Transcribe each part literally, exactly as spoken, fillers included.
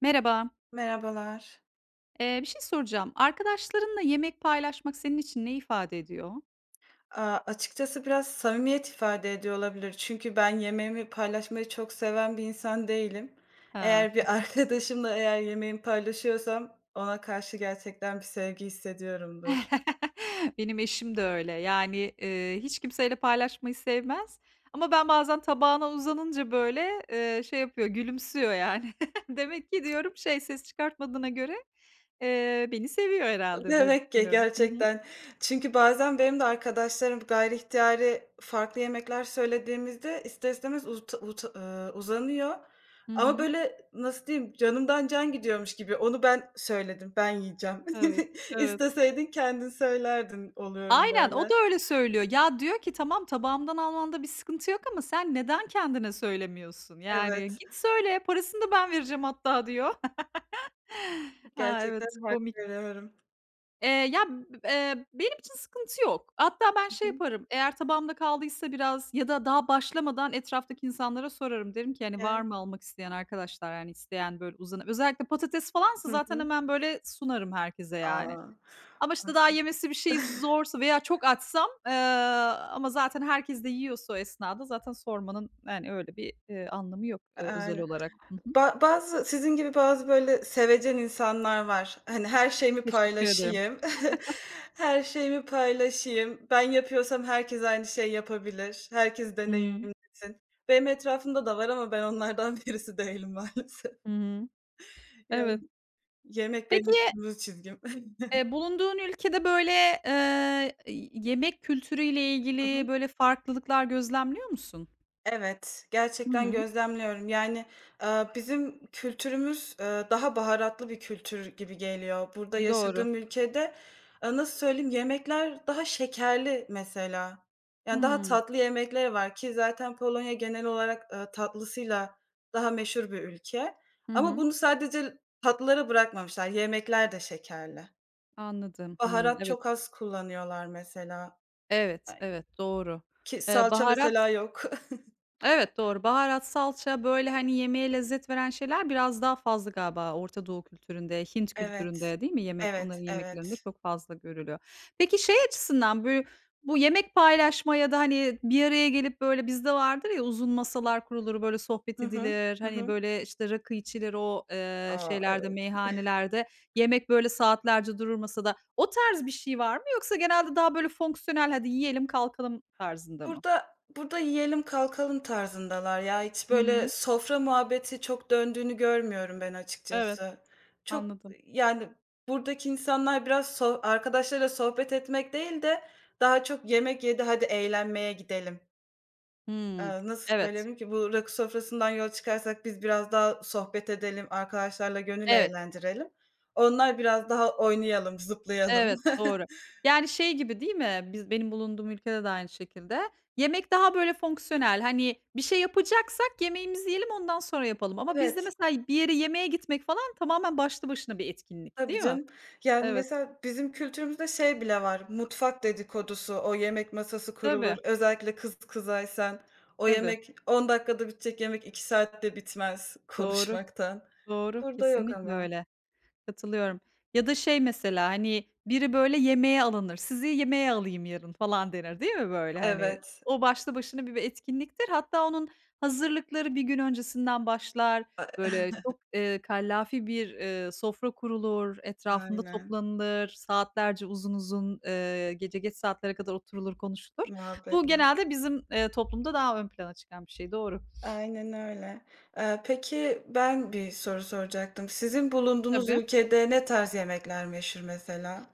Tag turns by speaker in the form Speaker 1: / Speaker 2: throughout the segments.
Speaker 1: Merhaba.
Speaker 2: Merhabalar.
Speaker 1: Eee, bir şey soracağım. Arkadaşlarınla yemek paylaşmak senin için ne ifade ediyor?
Speaker 2: Aaa, açıkçası biraz samimiyet ifade ediyor olabilir. Çünkü ben yemeğimi paylaşmayı çok seven bir insan değilim.
Speaker 1: Ha.
Speaker 2: Eğer bir arkadaşımla eğer yemeğimi paylaşıyorsam ona karşı gerçekten bir sevgi hissediyorumdur.
Speaker 1: Benim eşim de öyle. Yani, eee, hiç kimseyle paylaşmayı sevmez ama ben bazen tabağına uzanınca, böyle, eee, şey yapıyor, gülümsüyor yani. Demek ki diyorum şey, ses çıkartmadığına göre, eee, beni seviyor herhalde diye
Speaker 2: Demek ki
Speaker 1: düşünüyorum. Hı hı.
Speaker 2: gerçekten. Çünkü bazen benim de arkadaşlarım gayri ihtiyari farklı yemekler söylediğimizde ister istemez uta uta eee, uzanıyor.
Speaker 1: Hı
Speaker 2: Ama
Speaker 1: hı.
Speaker 2: böyle, nasıl diyeyim, canımdan can gidiyormuş gibi onu ben söyledim, ben yiyeceğim.
Speaker 1: Evet, evet.
Speaker 2: İsteseydin kendin söylerdin oluyorum
Speaker 1: Aynen, o da
Speaker 2: böyle.
Speaker 1: öyle söylüyor. Ya, diyor ki, "Tamam, tabağımdan almanda bir sıkıntı yok ama sen neden kendine söylemiyorsun? Yani
Speaker 2: Evet,
Speaker 1: git söyle, parasını da ben vereceğim hatta." diyor. A, evet,
Speaker 2: gerçekten hak
Speaker 1: komik.
Speaker 2: veriyorum.
Speaker 1: Eee, ya, b eee, Benim için sıkıntı yok. Hatta ben şey
Speaker 2: Hı hı.
Speaker 1: yaparım, eğer tabağımda kaldıysa biraz ya da daha başlamadan etraftaki insanlara sorarım. Derim ki, hani, "Var
Speaker 2: Gel.
Speaker 1: mı almak isteyen arkadaşlar?" Yani isteyen böyle uzan. Özellikle patates falansa
Speaker 2: Hı
Speaker 1: zaten
Speaker 2: hı.
Speaker 1: hemen böyle sunarım herkese yani.
Speaker 2: A!
Speaker 1: Ama, işte, daha
Speaker 2: Aslında.
Speaker 1: yemesi bir şey zorsa veya çok açsam, eee, ama zaten herkes de yiyorsa o esnada zaten sormanın, yani, öyle bir, eee, anlamı yok, eee, özel
Speaker 2: Aynen.
Speaker 1: olarak. Hı hı.
Speaker 2: Ba bazı sizin gibi bazı böyle sevecen insanlar var. Hani, her şeyimi
Speaker 1: Teşekkür ederim.
Speaker 2: paylaşayım, her şeyimi paylaşayım, ben yapıyorsam herkes aynı şey yapabilir, herkes
Speaker 1: Hı hı.
Speaker 2: deneyimlesin. Benim etrafımda da var ama ben onlardan birisi değilim maalesef.
Speaker 1: Hı hı.
Speaker 2: Yani
Speaker 1: Evet.
Speaker 2: yemek benim
Speaker 1: Peki,
Speaker 2: kırmızı çizgim.
Speaker 1: eee, bulunduğun ülkede, böyle, eee, y yemek kültürüyle
Speaker 2: Hı
Speaker 1: ilgili,
Speaker 2: hı.
Speaker 1: böyle, farklılıklar gözlemliyor musun?
Speaker 2: Evet,
Speaker 1: Hı
Speaker 2: gerçekten
Speaker 1: hı.
Speaker 2: gözlemliyorum. Yani, eee, bizim kültürümüz, eee, daha baharatlı bir kültür gibi geliyor. Burada
Speaker 1: Doğru.
Speaker 2: yaşadığım ülkede, eee, nasıl söyleyeyim, yemekler daha şekerli mesela. Yani, daha
Speaker 1: Hımm.
Speaker 2: tatlı yemekler var ki zaten Polonya genel olarak, eee, tatlısıyla daha meşhur bir ülke.
Speaker 1: Hı
Speaker 2: Ama
Speaker 1: hı.
Speaker 2: bunu sadece tatlılara bırakmamışlar, yemekler de şekerli.
Speaker 1: Anladım. Hımm.
Speaker 2: Baharat çok
Speaker 1: Evet.
Speaker 2: az kullanıyorlar mesela.
Speaker 1: Evet,
Speaker 2: Ay,
Speaker 1: evet, doğru.
Speaker 2: ki
Speaker 1: Eee,
Speaker 2: salça
Speaker 1: baharat
Speaker 2: mesela yok.
Speaker 1: Evet, doğru. Baharat, salça, böyle, hani, yemeğe lezzet veren şeyler biraz daha fazla galiba Orta Doğu kültüründe, Hint
Speaker 2: Evet.
Speaker 1: kültüründe değil mi? Yemek onların
Speaker 2: Evet,
Speaker 1: yemeklerinde
Speaker 2: evet.
Speaker 1: çok fazla görülüyor. Peki şey açısından bö bu yemek paylaşma ya da, hani, bir araya gelip, böyle, bizde vardır ya uzun masalar kurulur, böyle, sohbet
Speaker 2: Hı hı.
Speaker 1: edilir,
Speaker 2: Hı
Speaker 1: hani,
Speaker 2: hı.
Speaker 1: böyle, işte, rakı içilir o, eee,
Speaker 2: A,
Speaker 1: şeylerde,
Speaker 2: evet.
Speaker 1: meyhanelerde. Yemek, böyle, saatlerce durur masada. O tarz bir şey var mı yoksa genelde daha, böyle, fonksiyonel, "Hadi yiyelim, kalkalım." tarzında mı?
Speaker 2: Burada burada yiyelim kalkalım tarzındalar ya. Hiç
Speaker 1: Hı
Speaker 2: böyle
Speaker 1: hı.
Speaker 2: sofra muhabbeti çok döndüğünü görmüyorum ben
Speaker 1: Evet.
Speaker 2: açıkçası. Çok,
Speaker 1: Anladım.
Speaker 2: yani, buradaki insanlar biraz so arkadaşlarıyla sohbet etmek değil de daha çok yemek yedi, hadi eğlenmeye gidelim.
Speaker 1: Hımm.
Speaker 2: Eee, nasıl
Speaker 1: Evet,
Speaker 2: söyleyeyim ki? Bu rakı sofrasından yola çıkarsak biz biraz daha sohbet edelim, arkadaşlarla gönül
Speaker 1: evet,
Speaker 2: eğlendirelim. Onlar biraz daha oynayalım, zıplayalım.
Speaker 1: evet, doğru. Yani, şey gibi değil mi? Biz benim bulunduğum ülkede de aynı şekilde. Yemek daha böyle fonksiyonel, hani, bir şey yapacaksak yemeğimizi yiyelim, ondan sonra yapalım ama bizde
Speaker 2: Evet.
Speaker 1: mesela bir yere yemeğe gitmek falan tamamen başlı başına bir etkinlik,
Speaker 2: Tabii
Speaker 1: değil mi?
Speaker 2: canım. Yani,
Speaker 1: Evet.
Speaker 2: mesela bizim kültürümüzde şey bile var, mutfak dedikodusu, o yemek masası kurulur.
Speaker 1: Tabii,
Speaker 2: Özellikle kız kızaysan o
Speaker 1: tabii.
Speaker 2: yemek on dakikada bitecek yemek iki saatte bitmez
Speaker 1: Doğru,
Speaker 2: konuşmaktan.
Speaker 1: doğru.
Speaker 2: Burada yok
Speaker 1: Kesinlikle
Speaker 2: ama.
Speaker 1: öyle. Katılıyorum. Ya da şey mesela, hani, biri böyle yemeğe alınır, "Sizi yemeğe alayım yarın." falan denir, değil mi böyle? Hani,
Speaker 2: Evet.
Speaker 1: o başlı başına bir bir etkinliktir. Hatta onun hazırlıkları bir gün öncesinden başlar.
Speaker 2: A
Speaker 1: Böyle çok, eee, kallafi bir, eee, sofra kurulur, etrafında
Speaker 2: aynen.
Speaker 1: toplanılır, saatlerce uzun uzun, eee, gece geç saatlere kadar oturulur, konuşulur. Bu
Speaker 2: Muhabbetle.
Speaker 1: genelde bizim, eee, toplumda daha ön plana çıkan bir şey, doğru.
Speaker 2: Aynen öyle. Eee, peki ben bir soru soracaktım. Sizin bulunduğunuz
Speaker 1: Tabii.
Speaker 2: ülkede ne tarz yemekler meşhur mesela?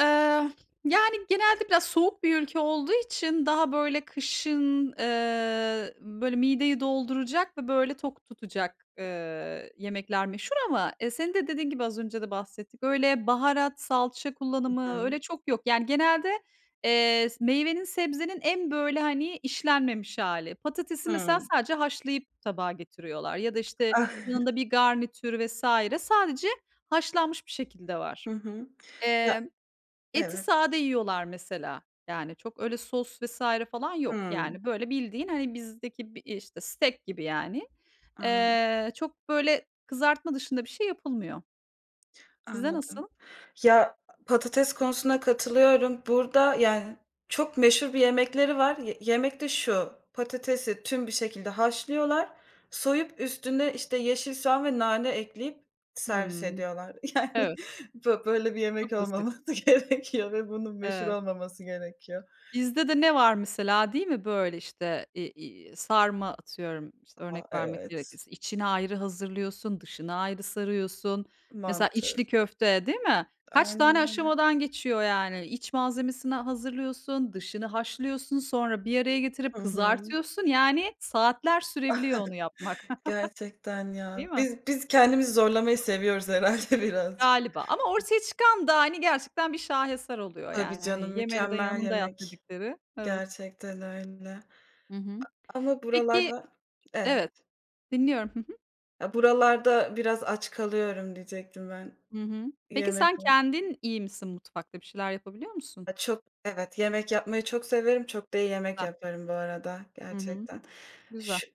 Speaker 1: Eee, yani, genelde biraz soğuk bir ülke olduğu için daha, böyle, kışın, eee, böyle, mideyi dolduracak ve, böyle, tok tutacak, eee, yemekler meşhur ama, eee, senin de dediğin gibi az önce de bahsettik, öyle baharat, salça kullanımı
Speaker 2: Hıı.
Speaker 1: öyle çok yok. Yani, genelde, eee, meyvenin, sebzenin en, böyle, hani, işlenmemiş hali. Patatesi mesela
Speaker 2: Hıı.
Speaker 1: sadece haşlayıp tabağa getiriyorlar ya da, işte, yanında bir garnitür vesaire sadece haşlanmış bir şekilde var.
Speaker 2: Hı hı. Ya,
Speaker 1: Eti
Speaker 2: evet.
Speaker 1: sade yiyorlar mesela. Yani çok öyle sos vesaire falan yok.
Speaker 2: Hıı.
Speaker 1: Yani böyle bildiğin, hani, bizdeki bir, işte, steak gibi yani.
Speaker 2: Anla
Speaker 1: Eee, çok böyle kızartma dışında bir şey yapılmıyor. Sizde nasıl?
Speaker 2: anladım. Ya, patates konusuna katılıyorum. Burada, yani, çok meşhur bir yemekleri var. Ye yemek de şu, patatesi tüm bir şekilde haşlıyorlar, soyup üstüne, işte, yeşil soğan ve nane ekleyip servis
Speaker 1: Hımm.
Speaker 2: ediyorlar. Yani,
Speaker 1: Evet.
Speaker 2: bö böyle bir yemek
Speaker 1: Çok basit.
Speaker 2: olmaması gerekiyor ve bunun meşhur
Speaker 1: Evet.
Speaker 2: olmaması gerekiyor.
Speaker 1: Bizde de ne var mesela değil mi? Böyle, işte, eee, iii, sarma atıyorum, işte,
Speaker 2: A,
Speaker 1: örnek vermek
Speaker 2: evet,
Speaker 1: gerekirse, içini ayrı hazırlıyorsun, dışını ayrı sarıyorsun. Mesela
Speaker 2: mantı.
Speaker 1: içli köfte, değil mi? Kaç
Speaker 2: Aynen
Speaker 1: tane
Speaker 2: öyle.
Speaker 1: aşamadan geçiyor yani. İç malzemesini hazırlıyorsun, dışını haşlıyorsun, sonra bir araya getirip
Speaker 2: Hı hı.
Speaker 1: kızartıyorsun. Yani saatler sürebiliyor onu yapmak,
Speaker 2: Gerçekten
Speaker 1: değil
Speaker 2: ya.
Speaker 1: mi?
Speaker 2: Biz biz kendimizi zorlamayı seviyoruz herhâlde birazcık.
Speaker 1: Galiba ama ortaya çıkan da, hani, gerçekten bir şaheser oluyor
Speaker 2: Tabii
Speaker 1: yani. Hani,
Speaker 2: canım,
Speaker 1: "Yemeni de
Speaker 2: mükemmel
Speaker 1: yanında yat."
Speaker 2: yemek.
Speaker 1: dedikleri. Evet.
Speaker 2: Gerçekten öyle.
Speaker 1: Hı hı.
Speaker 2: Ama
Speaker 1: Peki.
Speaker 2: buralarda. Evet.
Speaker 1: Evet, dinliyorum.
Speaker 2: Ya, buralarda biraz aç kalıyorum diyecektim ben.
Speaker 1: Hı hı. Peki sen
Speaker 2: Yemek biraz.
Speaker 1: kendin iyi misin mutfakta? Bir şeyler yapabiliyor musun?
Speaker 2: Ya, çok. Evet, yemek yapmayı çok severim. Çok da iyi yemek
Speaker 1: Hah.
Speaker 2: yaparım bu arada
Speaker 1: Hı hı.
Speaker 2: gerçekten.
Speaker 1: Güzel.
Speaker 2: Şu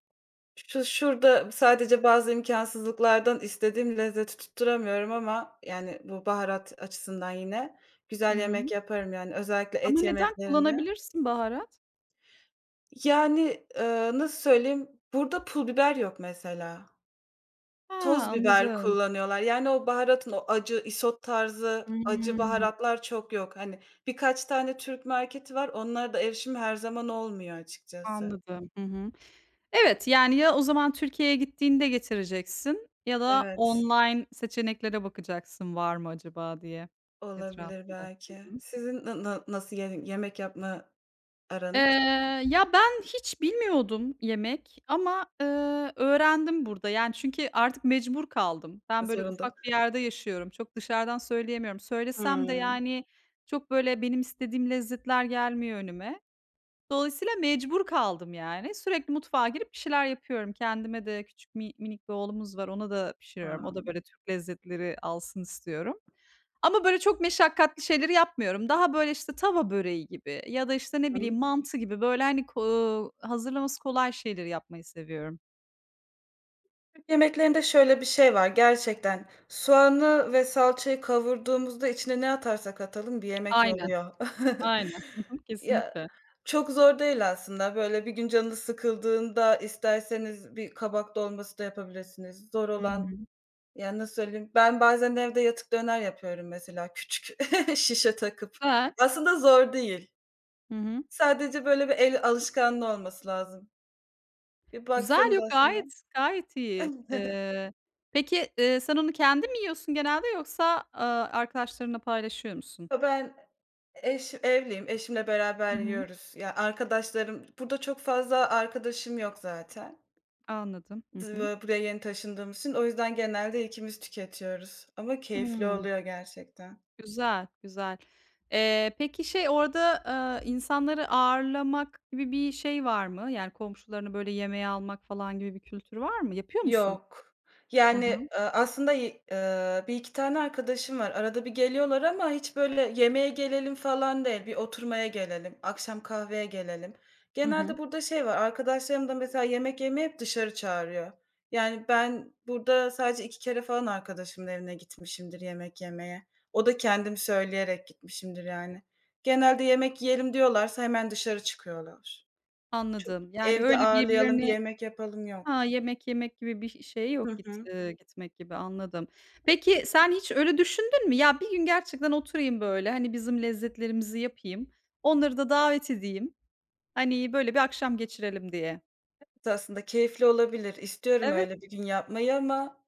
Speaker 2: şu şurada sadece bazı imkansızlıklardan istediğim lezzeti tutturamıyorum ama, yani, bu baharat açısından yine
Speaker 1: Hı
Speaker 2: güzel
Speaker 1: hı.
Speaker 2: yemek yaparım, yani, özellikle
Speaker 1: Ama
Speaker 2: et
Speaker 1: neden
Speaker 2: yemeklerinde.
Speaker 1: kullanabilirsin baharat?
Speaker 2: Yani, eee, nasıl söyleyeyim, burada pul biber yok mesela.
Speaker 1: Ha,
Speaker 2: Toz biber
Speaker 1: anladım.
Speaker 2: kullanıyorlar. Yani, o baharatın o acı isot tarzı acı
Speaker 1: Hımm,
Speaker 2: baharatlar çok yok. Hani, birkaç tane Türk marketi var. Onlara da erişim her zaman olmuyor açıkçası.
Speaker 1: anladım. Hı hı. Evet, yani ya o zaman Türkiye'ye gittiğinde getireceksin ya da
Speaker 2: Evet,
Speaker 1: online seçeneklere bakacaksın var mı acaba diye
Speaker 2: olabilir
Speaker 1: etrafında. Hı
Speaker 2: belki.
Speaker 1: hı.
Speaker 2: Sizin na na nasıl ye yemek yapma
Speaker 1: Eee,
Speaker 2: aranız?
Speaker 1: ya, ben hiç bilmiyordum yemek ama, eee, öğrendim burada. Yani, çünkü artık mecbur kaldım. Ben, böyle,
Speaker 2: Zorunda.
Speaker 1: ufak bir yerde yaşıyorum. Çok dışarıdan söyleyemiyorum. Söylesem de,
Speaker 2: Hımm.
Speaker 1: yani, çok, böyle, benim istediğim lezzetler gelmiyor önüme. Dolayısıyla mecbur kaldım yani. Sürekli mutfağa girip bir şeyler yapıyorum. Kendime de küçük mi minik bir oğlumuz var, ona da
Speaker 2: A!
Speaker 1: pişiriyorum. O da
Speaker 2: Hı
Speaker 1: böyle Türk lezzetleri alsın istiyorum. Ama böyle çok meşakkatli şeyleri yapmıyorum. Daha böyle, işte, tava böreği gibi ya da, işte, ne
Speaker 2: hı.
Speaker 1: bileyim, mantı gibi böyle, hani, ko hazırlaması kolay şeyleri yapmayı seviyorum.
Speaker 2: Türk yemeklerinde şöyle bir şey var gerçekten. Soğanı ve salçayı kavurduğumuzda içine ne atarsak atalım bir yemek
Speaker 1: Aynen,
Speaker 2: oluyor.
Speaker 1: aynen.
Speaker 2: Ya.
Speaker 1: Kesinlikle.
Speaker 2: Çok zor değil aslında. Böyle bir gün canınız sıkıldığında isterseniz bir kabak dolması da yapabilirsiniz. Zor
Speaker 1: Hı
Speaker 2: olan,
Speaker 1: hı.
Speaker 2: yani, nasıl söyleyeyim, ben bazen evde yatık döner yapıyorum mesela küçük şişe takıp.
Speaker 1: Güzel.
Speaker 2: Aslında zor değil.
Speaker 1: Hı hı.
Speaker 2: Sadece böyle bir el alışkanlığı olması lazım. Bir
Speaker 1: Güzel,
Speaker 2: baksanız
Speaker 1: yok
Speaker 2: aslında.
Speaker 1: gayet, gayet iyi. Eee, peki, eee, sen onu kendin mi yiyorsun genelde yoksa, aaa, arkadaşlarınla paylaşıyor musun?
Speaker 2: Ya, ben eş evliyim, eşimle
Speaker 1: Hı
Speaker 2: beraber
Speaker 1: hı.
Speaker 2: yiyoruz. Ya, arkadaşlarım burada çok fazla arkadaşım yok zaten.
Speaker 1: Anladım. Hı hı.
Speaker 2: Dıvı buraya yeni taşındığımız için o yüzden genelde ikimiz tüketiyoruz ama keyifli
Speaker 1: Hımm.
Speaker 2: oluyor gerçekten.
Speaker 1: Güzel, güzel. Eee, peki şey orada, aaa, insanları ağırlamak gibi bir şey var mı? Yani komşularını böyle yemeğe almak falan gibi bir kültür var mı? Yapıyor musun?
Speaker 2: Yok.
Speaker 1: Hı
Speaker 2: Yani,
Speaker 1: hı.
Speaker 2: eee, aslında y eee, bir iki tane arkadaşım var. Arada bir geliyorlar ama hiç böyle yemeğe gelelim falan değil. Bir oturmaya gelelim, akşam kahveye gelelim.
Speaker 1: Hı
Speaker 2: Genelde
Speaker 1: hı.
Speaker 2: burada şey var, arkadaşlarım da mesela yemek yemeye hep dışarı çağırıyor. Yani ben burada sadece iki kere falan arkadaşımın evine gitmişimdir yemek yemeye. O da kendim söyleyerek gitmişimdir yani. Genelde yemek yiyelim diyorlarsa hemen dışarı çıkıyorlar. Çok
Speaker 1: Anladım. Yani
Speaker 2: evde
Speaker 1: öyle
Speaker 2: ağırlayalım, bir
Speaker 1: birbirlerini.
Speaker 2: yemek yapalım
Speaker 1: Ha,
Speaker 2: yok.
Speaker 1: yemek yemek gibi bir şey yok
Speaker 2: Hı
Speaker 1: git
Speaker 2: hı.
Speaker 1: eee, gitmek gibi anladım. Peki sen hiç öyle düşündün mü? Ya, bir gün gerçekten oturayım böyle, hani, bizim lezzetlerimizi yapayım, onları da davet edeyim, hani, böyle bir akşam geçirelim diye.
Speaker 2: Aslında keyifli olabilir. İstiyorum
Speaker 1: Evet.
Speaker 2: öyle bir gün yapmayı ama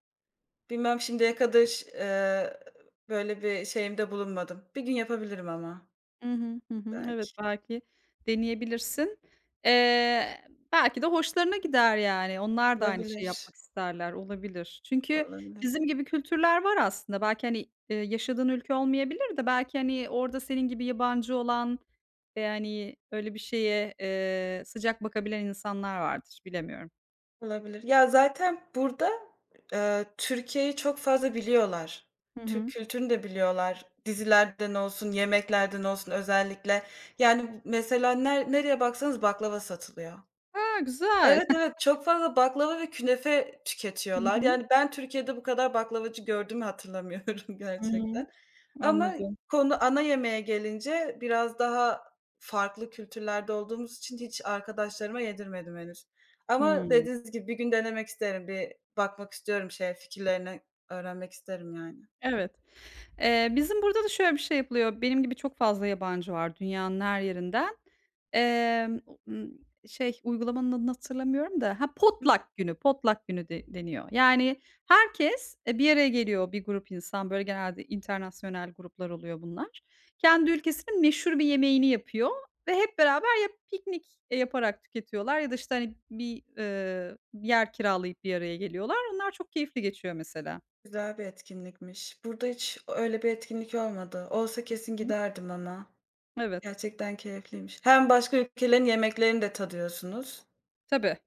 Speaker 2: bilmem şimdiye kadar ş eee, böyle bir şeyimde bulunmadım. Bir gün yapabilirim ama
Speaker 1: Hı hı. Hı hı. Evet,
Speaker 2: belki.
Speaker 1: belki deneyebilirsin. Eee, belki de hoşlarına gider yani. Onlar da aynı şeyi
Speaker 2: Olabilir,
Speaker 1: yapmak isterler, olabilir. Çünkü
Speaker 2: olabilir,
Speaker 1: bizim gibi kültürler var aslında. Belki, hani, eee, yaşadığın ülke olmayabilir de belki, hani, orada senin gibi yabancı olan ve, hani, öyle bir şeye, eee, sıcak bakabilen insanlar vardır. Bilemiyorum.
Speaker 2: olabilir. Ya, zaten burada, eee, Türkiye'yi çok fazla biliyorlar.
Speaker 1: Hı
Speaker 2: Türk
Speaker 1: hı.
Speaker 2: kültürünü de biliyorlar. Dizilerden olsun, yemeklerden olsun özellikle. Yani, mesela ner nereye baksanız baklava satılıyor.
Speaker 1: Ha, güzel.
Speaker 2: Evet, evet, çok fazla baklava ve künefe
Speaker 1: Hı
Speaker 2: tüketiyorlar.
Speaker 1: hı.
Speaker 2: Yani, ben Türkiye'de bu kadar baklavacı gördüğümü hatırlamıyorum
Speaker 1: Hı hı.
Speaker 2: gerçekten. Ama
Speaker 1: Anladım.
Speaker 2: konu ana yemeğe gelince biraz daha farklı kültürlerde olduğumuz için hiç arkadaşlarıma yedirmedim henüz.
Speaker 1: Hıı.
Speaker 2: Ama dediğiniz gibi bir gün denemek isterim. Bir bakmak istiyorum şeye, fikirlerini öğrenmek isterim yani.
Speaker 1: Evet. Eee, bizim burada da şöyle bir şey yapılıyor. Benim gibi çok fazla yabancı var dünyanın her yerinden. Emm, o şey, uygulamanın adını hatırlamıyorum da, ha, potluck günü, potluck günü de deniyor. Yani herkes, eee, bir araya geliyor bir grup insan, böyle genelde internasyonal gruplar oluyor bunlar. Kendi ülkesinin meşhur bir yemeğini yapıyor ve hep beraber ya piknik, eee, yaparak tüketiyorlar ya da, işte, hani, bir, eee, bir yer kiralayıp bir araya geliyorlar. Onlar çok keyifli geçiyor mesela.
Speaker 2: Güzel bir etkinlikmiş. Burada hiç öyle bir etkinlik olmadı. Olsa kesin
Speaker 1: Hı.
Speaker 2: giderdim ama.
Speaker 1: Evet.
Speaker 2: Gerçekten keyifliymiş. Hem başka ülkelerin yemeklerini de tadıyorsunuz.
Speaker 1: Tabii.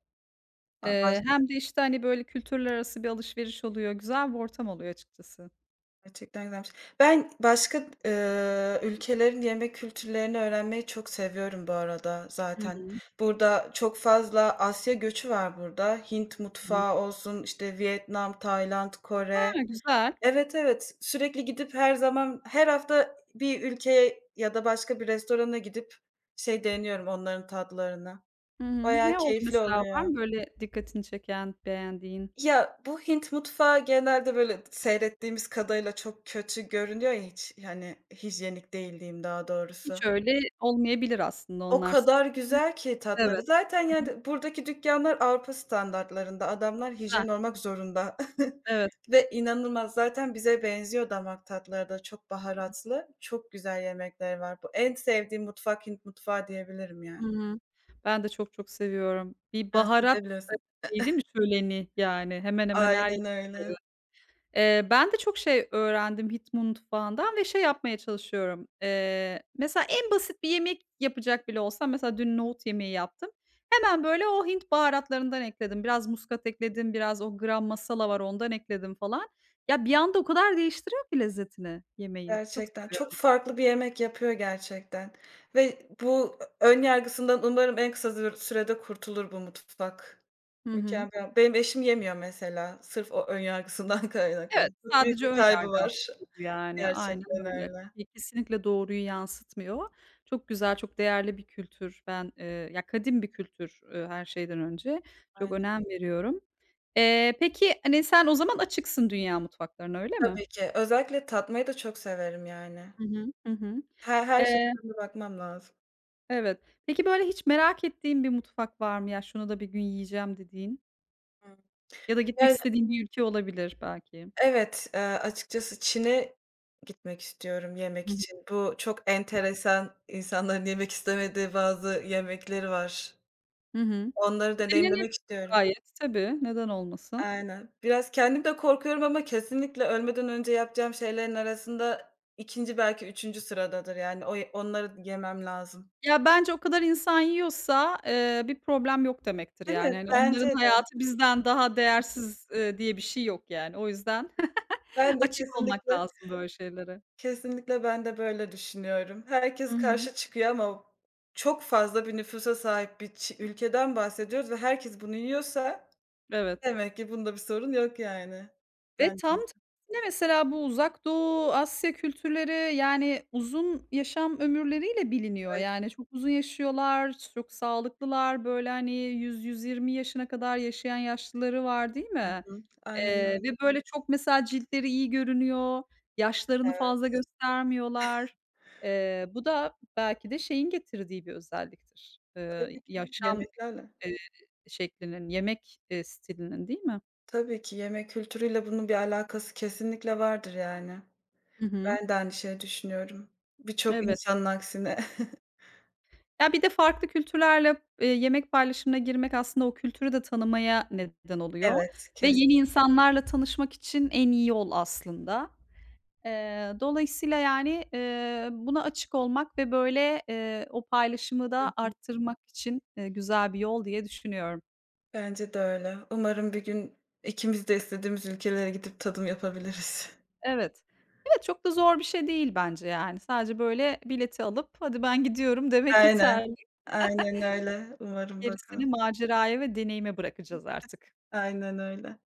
Speaker 2: A baş
Speaker 1: Eee, hem de, işte, hani, böyle, kültürler arası bir alışveriş oluyor. Güzel bir ortam oluyor açıkçası.
Speaker 2: gerçekten güzelmiş. Ben başka, eee, ülkelerin yemek kültürlerini öğrenmeyi çok seviyorum bu arada
Speaker 1: Hı
Speaker 2: zaten.
Speaker 1: hı.
Speaker 2: Burada çok fazla Asya göçü var burada. Hint
Speaker 1: Hı hı.
Speaker 2: mutfağı olsun, işte, Vietnam, Tayland,
Speaker 1: Ha,
Speaker 2: Kore.
Speaker 1: güzel.
Speaker 2: Evet, evet. Sürekli gidip her zaman her hafta bir ülkeye ya da başka bir restorana gidip şey deniyorum onların tatlarını.
Speaker 1: Hı hı.
Speaker 2: Bayağı
Speaker 1: Ne oldu
Speaker 2: keyifli
Speaker 1: mesela? Var
Speaker 2: oluyor.
Speaker 1: mı böyle dikkatini çeken, beğendiğin?
Speaker 2: Ya, bu Hint mutfağı genelde, böyle, seyrettiğimiz kadarıyla çok kötü görünüyor ya hiç, yani, hijyenik değil diyeyim daha doğrusu.
Speaker 1: Hiç öyle olmayabilir aslında
Speaker 2: O
Speaker 1: onlar
Speaker 2: kadar
Speaker 1: sadece.
Speaker 2: güzel ki tatları.
Speaker 1: Evet.
Speaker 2: Zaten,
Speaker 1: Hı hı.
Speaker 2: yani, buradaki dükkanlar Avrupa standartlarında. Adamlar
Speaker 1: Güzel.
Speaker 2: hijyen olmak zorunda
Speaker 1: Evet.
Speaker 2: ve inanılmaz. Zaten bize benziyor damak tatları da. Çok baharatlı, çok güzel yemekler var. Bu en sevdiğim mutfak Hint mutfağı diyebilirim
Speaker 1: Hı
Speaker 2: yani.
Speaker 1: hı. Ben de çok çok seviyorum. Bir
Speaker 2: Ha, siz
Speaker 1: baharat,
Speaker 2: de
Speaker 1: eee,
Speaker 2: biliyorsun.
Speaker 1: şeyi değil mi şöleni? Yani hemen hemen her
Speaker 2: Aynen
Speaker 1: yerde.
Speaker 2: öyle.
Speaker 1: Eee, ben de çok şey öğrendim Hint mutfağından ve şey yapmaya çalışıyorum. Eee, mesela en basit bir yemek yapacak bile olsam, mesela dün nohut yemeği yaptım. Hemen böyle o Hint baharatlarından ekledim. Biraz muskat ekledim, biraz o gram masala var ondan ekledim falan. Ya, bir anda o kadar değiştiriyor ki lezzetini yemeğin. Çok
Speaker 2: Gerçekten çok
Speaker 1: seviyorum.
Speaker 2: farklı bir yemek yapıyor gerçekten ve bu ön yargısından umarım en kısa zür sürede kurtulur bu mutfak.
Speaker 1: Hı hı.
Speaker 2: Mükemmel. Benim eşim yemiyor mesela sırf o ön yargısından kaynaklı.
Speaker 1: Evet,
Speaker 2: Çok büyük
Speaker 1: sadece
Speaker 2: bir
Speaker 1: ön
Speaker 2: kaybı
Speaker 1: yargı
Speaker 2: var.
Speaker 1: aslında bu yani. Aynen
Speaker 2: Gerçekten
Speaker 1: öyle.
Speaker 2: öyle.
Speaker 1: Ki kesinlikle doğruyu yansıtmıyor. Çok güzel, çok değerli bir kültür. Ben, eee, ya, kadim bir kültür, eee, her şeyden önce. Çok
Speaker 2: Aynen.
Speaker 1: önem veriyorum. Eee, peki, hani, sen o zaman açıksın dünya mutfaklarına, öyle mi?
Speaker 2: Tabii ki. Özellikle tatmayı da çok severim yani.
Speaker 1: Hı hı. Hı hı.
Speaker 2: Her her
Speaker 1: Eee,
Speaker 2: şeyden de bakmam lazım.
Speaker 1: evet. Peki, böyle hiç merak ettiğin bir mutfak var mı? Ya, şunu da bir gün yiyeceğim dediğin
Speaker 2: Hıı.
Speaker 1: ya da gitmek
Speaker 2: Ya.
Speaker 1: istediğin bir ülke olabilir belki.
Speaker 2: Evet, eee, açıkçası Çin'e gitmek istiyorum
Speaker 1: Hı
Speaker 2: yemek
Speaker 1: hı.
Speaker 2: için. Bu çok enteresan, insanların yemek istemediği bazı yemekleri var.
Speaker 1: Hı hı.
Speaker 2: Onları deneyimlemek
Speaker 1: Denenebilir
Speaker 2: istiyorum.
Speaker 1: gayet. Tabii, neden olmasın?
Speaker 2: Aynen. Biraz kendim de korkuyorum ama kesinlikle ölmeden önce yapacağım şeylerin arasında ikinci belki üçüncü sıradadır yani. O onları yemem lazım.
Speaker 1: Ya, bence o kadar insan yiyorsa, eee, bir problem yok demektir
Speaker 2: Değil mi?
Speaker 1: yani. Hani,
Speaker 2: Bence
Speaker 1: onların
Speaker 2: de.
Speaker 1: hayatı bizden daha değersiz, eee, diye bir şey yok yani. O yüzden
Speaker 2: Ben de
Speaker 1: açık olmak
Speaker 2: kesinlikle.
Speaker 1: lazım böyle şeylere.
Speaker 2: Kesinlikle ben de böyle düşünüyorum.
Speaker 1: Hı
Speaker 2: Herkes
Speaker 1: hı.
Speaker 2: karşı çıkıyor ama çok fazla bir nüfusa sahip bir çi ülkeden bahsediyoruz ve herkes bunu yiyorsa
Speaker 1: Evet.
Speaker 2: demek ki bunda bir sorun yok yani.
Speaker 1: Ve
Speaker 2: Ben.
Speaker 1: tam tersine mesela bu Uzak Doğu, Asya kültürleri, yani, uzun yaşam ömürleriyle biliniyor.
Speaker 2: Evet.
Speaker 1: Yani, çok uzun yaşıyorlar, çok sağlıklılar. Böyle, hani, yüz yüz yirmi yaşına kadar yaşayan yaşlıları var, değil
Speaker 2: Hı
Speaker 1: mi?
Speaker 2: hı. Aynen
Speaker 1: Eee,
Speaker 2: öyle.
Speaker 1: ve böyle çok mesela ciltleri iyi görünüyor, yaşlarını fazla
Speaker 2: Evet.
Speaker 1: göstermiyorlar. Eee, bu da belki de şeyin getirdiği bir özelliktir. Eee,
Speaker 2: Tabii ki.
Speaker 1: yaşam,
Speaker 2: Yemeklerle.
Speaker 1: eee, şeklinin, yemek, eee, stilinin, değil mi?
Speaker 2: Tabii ki yemek kültürüyle bunun bir alakası kesinlikle vardır yani.
Speaker 1: Hı hı.
Speaker 2: Ben de aynı şeyi düşünüyorum. Birçok
Speaker 1: Evet.
Speaker 2: insanın aksine.
Speaker 1: Ya, bir de farklı kültürlerle, eee, yemek paylaşımına girmek aslında o kültürü de tanımaya neden oluyor
Speaker 2: Evet,
Speaker 1: ve
Speaker 2: kesin.
Speaker 1: yeni insanlarla tanışmak için en iyi yol aslında. Eee, dolayısıyla, yani, eee, buna açık olmak ve, böyle, eee, o paylaşımı
Speaker 2: Hı
Speaker 1: da
Speaker 2: hı.
Speaker 1: arttırmak için, eee, güzel bir yol diye düşünüyorum.
Speaker 2: Bence de öyle. Umarım bir gün ikimiz de istediğimiz ülkelere gidip tadım yapabiliriz.
Speaker 1: Evet. Evet, çok da zor bir şey değil bence, yani. Sadece, böyle, bileti alıp "Hadi ben gidiyorum." demek
Speaker 2: Aynen.
Speaker 1: yeterli.
Speaker 2: Aynen öyle. Umarım
Speaker 1: Gerisini
Speaker 2: bakalım.
Speaker 1: maceraya ve deneyime bırakacağız artık.
Speaker 2: Aynen öyle.